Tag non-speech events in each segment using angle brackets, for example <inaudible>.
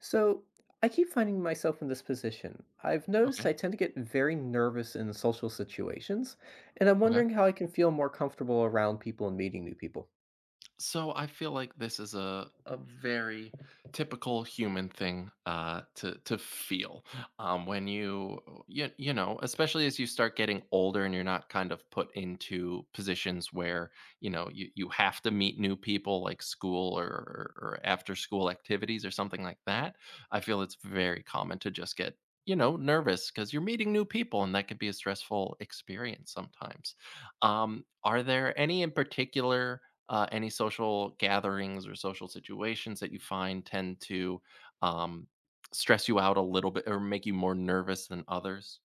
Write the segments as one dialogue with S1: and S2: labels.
S1: So I keep finding myself in this position. I've noticed
S2: Okay.
S1: I tend to get very nervous in social situations, and I'm
S2: Okay.
S1: wondering how I can feel more comfortable around people and meeting new people.
S2: So I feel like this is a very typical human thing to feel when you know, especially as you start getting older and you're not kind of put into positions where you know you have to meet new people like school or after school activities or something like that. I feel it's very common to just get nervous because you're meeting new people and that could be a stressful experience sometimes. Are there any in particular? Any social gatherings or social situations that you find tend to um, stress you out a little bit or make you more nervous than others?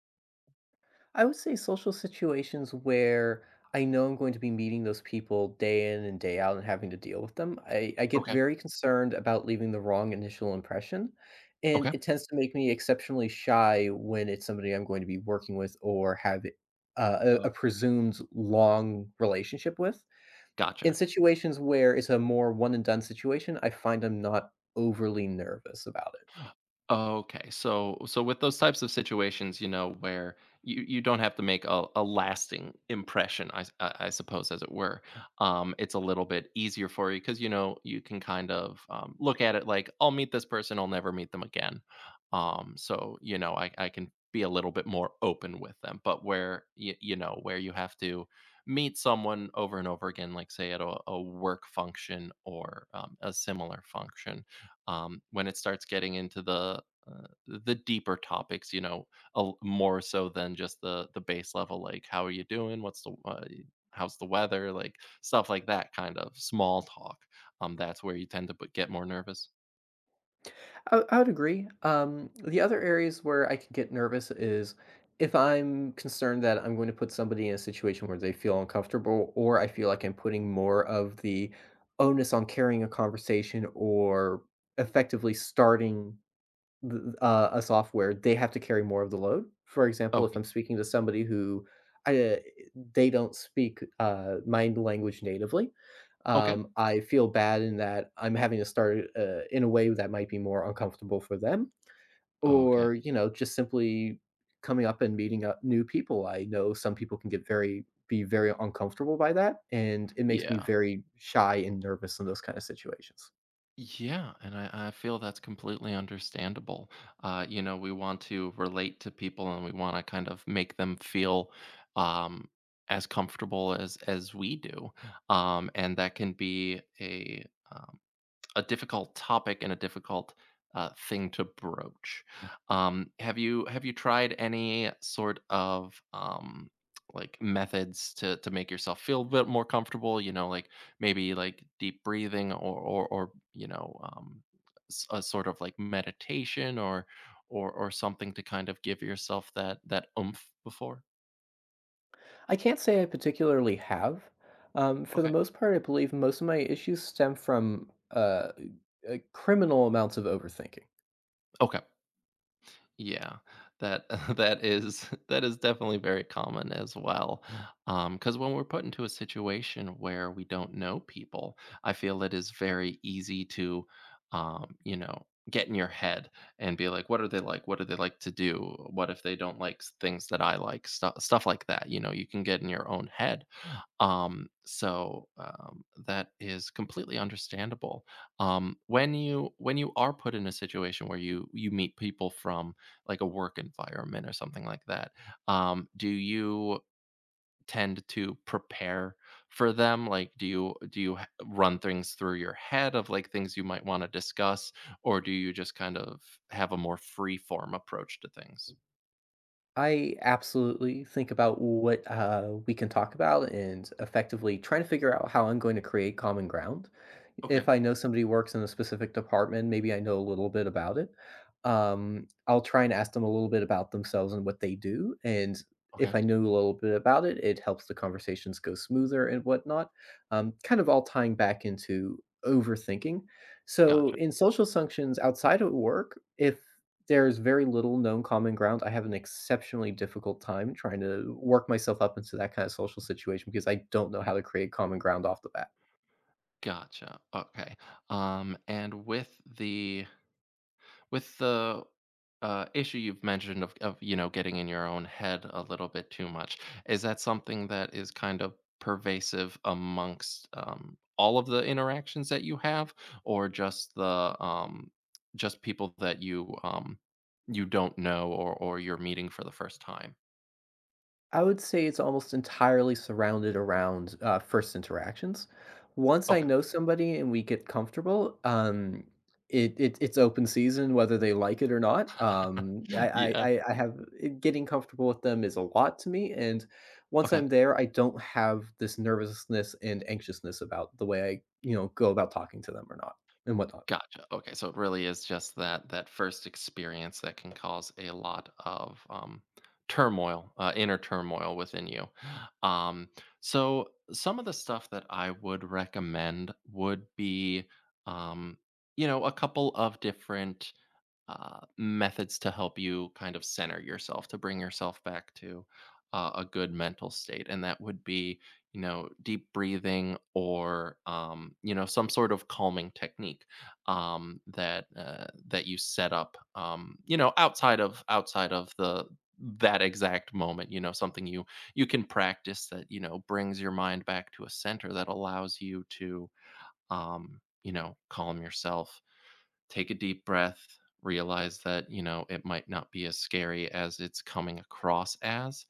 S1: I would say social situations where I know I'm going to be meeting those people day in and day out and having to deal with them. I get
S2: Okay.
S1: very concerned about leaving the wrong initial impression, and
S2: Okay.
S1: it tends to make me exceptionally shy when it's somebody I'm going to be working with or have uh,
S2: Uh,
S1: a, a presumed long relationship with. In
S2: Gotcha.
S1: situations where it's a more one and done situation, I find I'm not overly nervous about it.
S2: Okay. So with those types of situations, you know, where you don't have to make a lasting impression, I suppose, as it were. It's a little bit easier for you because, you know, you can kind of look at it like, I'll meet this person, I'll never meet them again. So, you know, I can be a little bit more open with them. But where you have to meet someone over and over again, like say at a work function or a similar function, when it starts getting into the deeper topics, you know, a l more so than just the base level, like, "How are you doing? What's the how's the weather?" Like, stuff like that, kind of small talk. That's where you tend to b get more nervous.
S1: I would agree. The other areas where I can get nervous is if I'm concerned that I'm going to put somebody in a situation where they feel uncomfortable, or I feel like I'm putting more of the onus on carrying a conversation or effectively starting th a software, they have to carry more of the load. For example, if
S2: Okay.
S1: I'm speaking to somebody who I, uh, they don't speak my language natively,
S2: Okay.
S1: I feel bad in that I'm having to start in a way that might be more uncomfortable for them,
S2: Okay.
S1: or just simply coming up and meeting up new people. I know some people can get very be very uncomfortable by that, and it makes me
S2: Yeah.
S1: very shy and nervous in those kind of situations.
S2: Yeah, and I feel that's completely understandable. You know, we want to relate to people, and we wanna kind of make them feel, um, as comfortable as we do, and that can be um a difficult topic and a difficult thing to broach. Have you tried any sort of like methods to make yourself feel a bit more comfortable? You know, like maybe like deep breathing or you know a sort of like meditation or something to kind of give yourself that oomph before.
S1: I can't say I particularly have. For the
S2: Okay.
S1: most part, I believe most of my issues stem from criminal amounts of overthinking.
S2: Okay. Yeah, that <laughs> that is <laughs> that is definitely very common as well. Because when we're put into a situation where we don't know people, I feel it is very easy to, you know, get in your head and be like, "What are they like? What do they like to do? What if they don't like things that I like?" Stuff like that. You know, you can get in your own head, that is completely understandable. When you are put in a situation where you meet people from like a work environment or something like that, do you tend to prepare for them? Like, do you run things through your head of like things you might want to discuss, or do you just kind of have a more free form approach to things?
S1: I absolutely think about what we can talk about and effectively trying to figure out how I'm going to create common ground. If
S2: Okay.
S1: I know somebody works in a specific department, maybe I know a little bit about it. I'll try and ask them a little bit about themselves and what they do. And if
S2: Okay.
S1: I know a little bit about it, it helps the conversations go smoother and whatnot. Kind of all tying back into overthinking. So
S2: Gotcha.
S1: in social functions outside of work, if there's very little known common ground. I have an exceptionally difficult time trying to work myself up into that kind of social situation because I don't know how to create common ground off the bat.
S2: Gotcha. Okay. And with the With the, issue you've mentioned of you know, getting in your own head a little bit too much, is that something that is kind of pervasive amongst, all of the interactions that you have or just just people that you don't know or you're meeting for the first time?
S1: I would say it's almost entirely surrounded around first interactions. Once I
S2: Okay.
S1: know somebody and we get comfortable, um, it's open season whether they like it or not.
S2: <laughs>
S1: Um, I, I
S2: Yeah.
S1: I I have getting comfortable with them is a lot to me, and once
S2: Okay.
S1: I'm there, I don't have this nervousness and anxiousness about the way I go about talking to them or not and whatnot.
S2: Gotcha. Okay, so it really is just that first experience that can cause a lot of turmoil, inner turmoil within you. Um, so some of the stuff that I would recommend would be, um, you know, a couple of different methods to help you kind of center yourself, to bring yourself back to a good mental state. And that would be, you know, deep breathing or you know, some sort of calming technique, that you set up, you know, outside of the that exact moment. You know, something you can practice that, you know, brings your mind back to a center that allows you to, you know, calm yourself. Take a deep breath, realize that, you know, it might not be as scary as it's coming across as,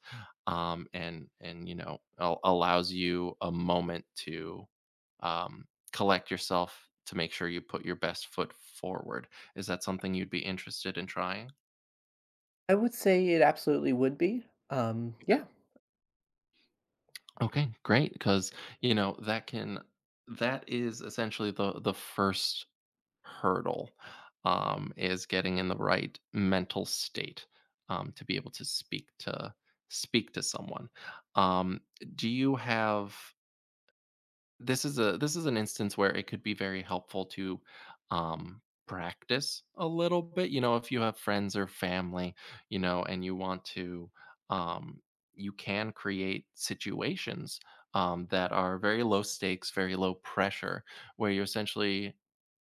S2: and, you know, al allows you a moment to, um, collect yourself to make sure you put your best foot forward. Is that something you'd be interested in trying?
S1: I would say it absolutely would be. Yeah.
S2: Okay. Great, because you know, that can, that is essentially the first hurdle, is getting in the right mental state, to be able to speak to someone. Um, do you have This is a this is an instance where it could be very helpful to, practice a little bit, you know, if you have friends or family, you know, and you want to, um you can create situations, that are very low stakes, very low pressure, where you essentially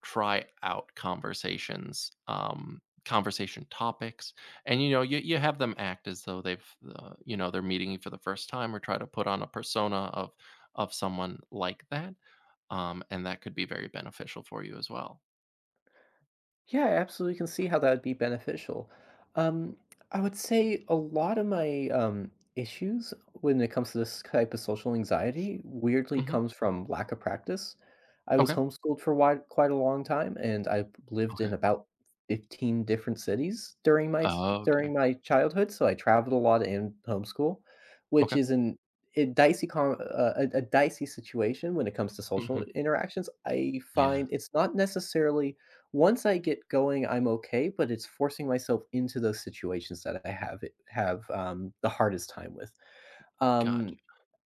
S2: try out conversations, conversation topics, and, you know, you have them act as though they've, you know, they're meeting you for the first time, or try to put on a persona of someone like that, and that could be very beneficial for you as well.
S1: Yeah, I absolutely can see how that would be beneficial. Um, I would say a lot of my issues when it comes to this type of social anxiety weirdly
S2: Mhm.
S1: comes from lack of practice. I was
S2: Okay.
S1: homeschooled for quite a long time, and I lived in
S2: Okay.
S1: about 15 different cities
S2: Oh, okay.
S1: during my childhood. So I traveled a lot in homeschool, which
S2: Okay.
S1: is an a dicey com- a dicey situation when it comes to social
S2: Mhm.
S1: interactions. I
S2: Yeah.
S1: find it's not necessarily once I get going, I'm okay, but it's forcing myself into those situations that I have, the hardest time with.
S2: Gotcha.
S1: Um,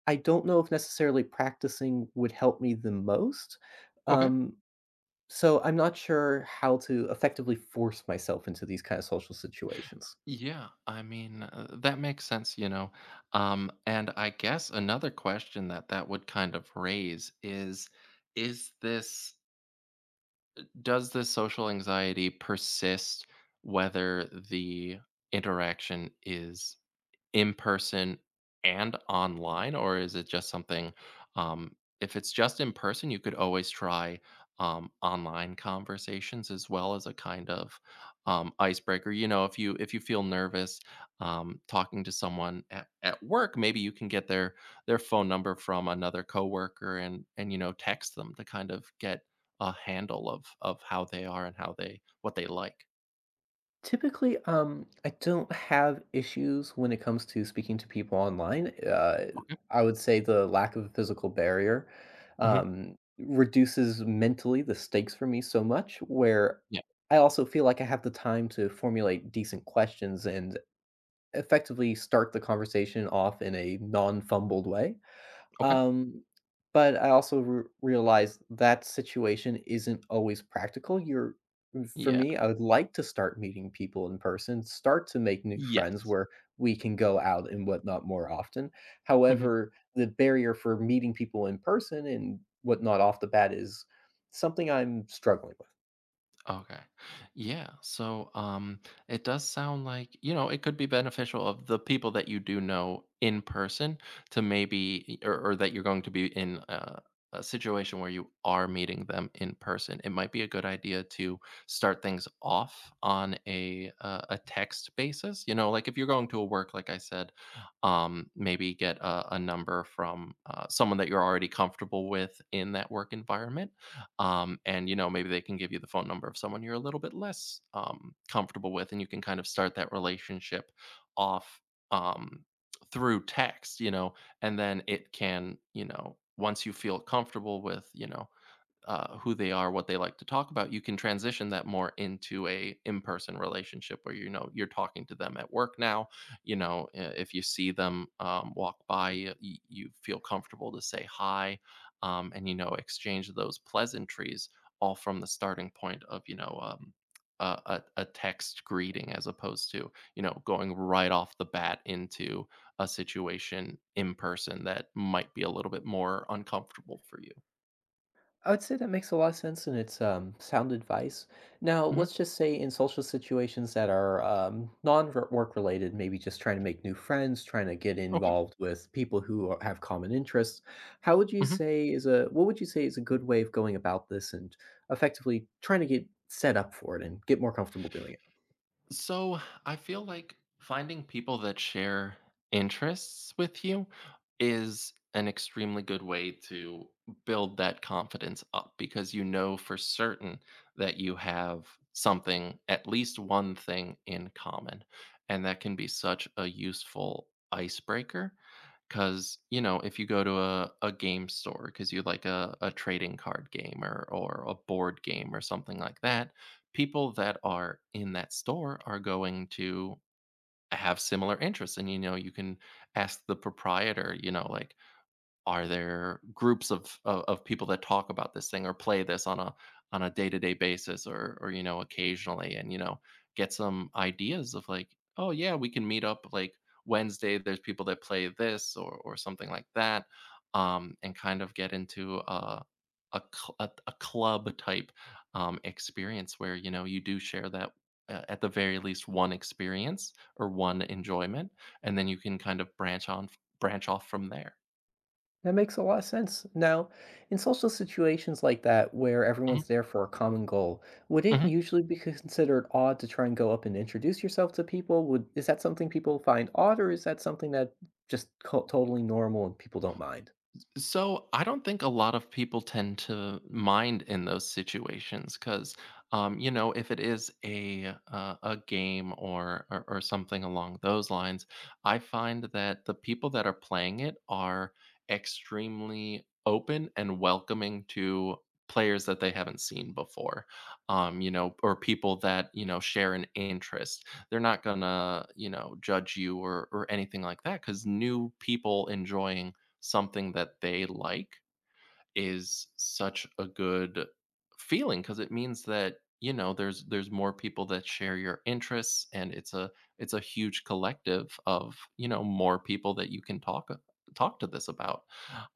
S1: I don't know if necessarily practicing would help me the most,
S2: Okay.
S1: um, so I'm not sure how to effectively force myself into these kind of social situations.
S2: Yeah. I mean, that makes sense, you know. And I guess another question that would kind of raise is this does this social anxiety persist whether the interaction is in person and online, or is it just something, if it's just in person, you could always try, online conversations as well as a kind of, icebreaker. You know, if you feel nervous, talking to someone at work, maybe you can get their phone number from another coworker, and, you know, text them to kind of get a handle of how they are and how they what they like.
S1: Typically, I don't have issues when it comes to speaking to people online.
S2: Okay.
S1: I would say the lack of a physical barrier
S2: Mhm.
S1: reduces mentally the stakes for me so much, where
S2: Yeah.
S1: I also feel like I have the time to formulate decent questions and effectively start the conversation off in a non fumbled way.
S2: Okay.
S1: Um, but I also r realized that situation isn't always practical. You're for
S2: Yeah.
S1: me, I would like to start meeting people in person, start to make new friends
S2: Yes.
S1: where we can go out and whatnot more often.
S2: Mhm.
S1: However, the barrier for meeting people in person and whatnot off the bat is something I'm struggling with.
S2: Okay. Yeah. It does sound like, you know, it could be beneficial of the people that you do know in person to maybe, or that you're going to be in a situation where you are meeting them in person. It might be a good idea to start things off on a text basis, you know, like if you're going to a work like I said, maybe get a number from someone that you're already comfortable with in that work environment, and you know maybe they can give you the phone number of someone you're a little bit less comfortable with, and you can kind of start that relationship off, um, through text, you know, and then it can, you know, once you feel comfortable with, you know, who they are, what they like to talk about, you can transition that more into a in-person relationship where you know you're talking to them at work now. You know, if you see them walk by, you feel comfortable to say hi, and you know exchange those pleasantries all from the starting point of you know. A text greeting as opposed to, you know, going right off the bat into a situation in person that might be a little bit more uncomfortable for you.
S1: I would say that makes a lot of sense and it's sound advice. Now,
S2: Mhm.
S1: let's just say in social situations that are non work related, maybe just trying to make new friends, trying to get
S2: Okay.
S1: involved with people who are- have common interests. How would you say is a What would you say is a good way of going about this and effectively trying to get set up for it and get more comfortable doing it?
S2: So I feel like finding people that share interests with you is an extremely good way to build that confidence up, because you know for certain that you have something, at least one thing in common. And that can be such a useful icebreaker, because you know if you go to a game store because you like a trading card game, or a board game or something like that, people that are in that store are going to have similar interests, and you know you can ask the proprietor, you know, like are there groups of people that talk about this thing or play this on a day-to-day basis, or, you know, occasionally, and, you know, get some ideas of like, "Oh, yeah, we can meet up, like, Wednesday, there's people that play this," or something like that, and kind of get into a cl a club type, experience where, you know, you do share that, at the very least, one experience or one enjoyment, and then you can kind of branch off from there.
S1: That makes a lot of sense. Now, in social situations like that, where
S2: Mhm.
S1: everyone's there for a common goal, would it
S2: Mhm.
S1: usually be considered odd to try and go up and introduce yourself to people? Would Is that something people find odd, or is that something that totally normal and people don't mind?
S2: So I don't think a lot of people tend to mind in those situations because, you know, if it is a game, or something along those lines, I find that the people that are playing it are extremely open and welcoming to players that they haven't seen before, you know, or people that, you know, share an interest. They're not gonna, you know, judge you or anything like that, because new people enjoying something that they like is such a good feeling, because it means that, you know, there's more people that share your interests, and it's a huge collective of, you know, more people that you can talk to this about.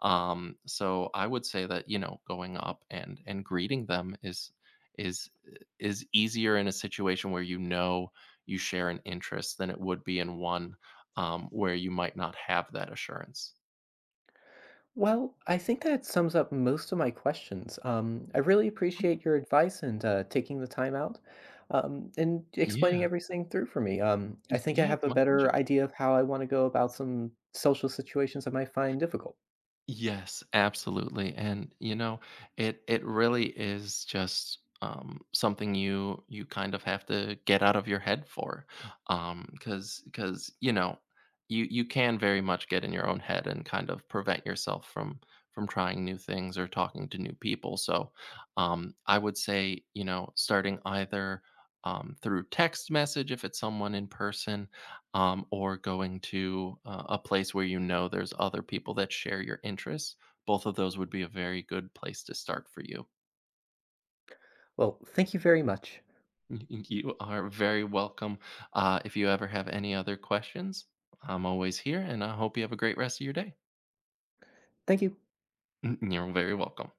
S2: I would say that, you know, going up and greeting them is is easier in a situation where you know you share an interest than it would be in one, where you might not have that assurance.
S1: Well, I think that sums up most of my questions. I really appreciate your advice and taking the time out and explaining
S2: Yeah.
S1: everything through for me.
S2: Y
S1: I think I
S2: Yeah,
S1: have
S2: it's
S1: a
S2: my pleasure.
S1: better idea of how I want to go about some social situations I might find difficult.
S2: Yes, absolutely, and, you know, it really is just, something you you kind of have to get out of your head for, because you know, you can very much get in your own head and kind of prevent yourself from trying new things or talking to new people, so, I would say, you know, starting either, through text message if it's someone in person, or going to a place where you know there's other people that share your interests. Both of those would be a very good place to start for you.
S1: Well, thank you very much.
S2: <laughs> You are very welcome. If you ever have any other questions, I'm always here, and I hope you have a great rest of your day.
S1: Thank you.
S2: <laughs> You're very welcome.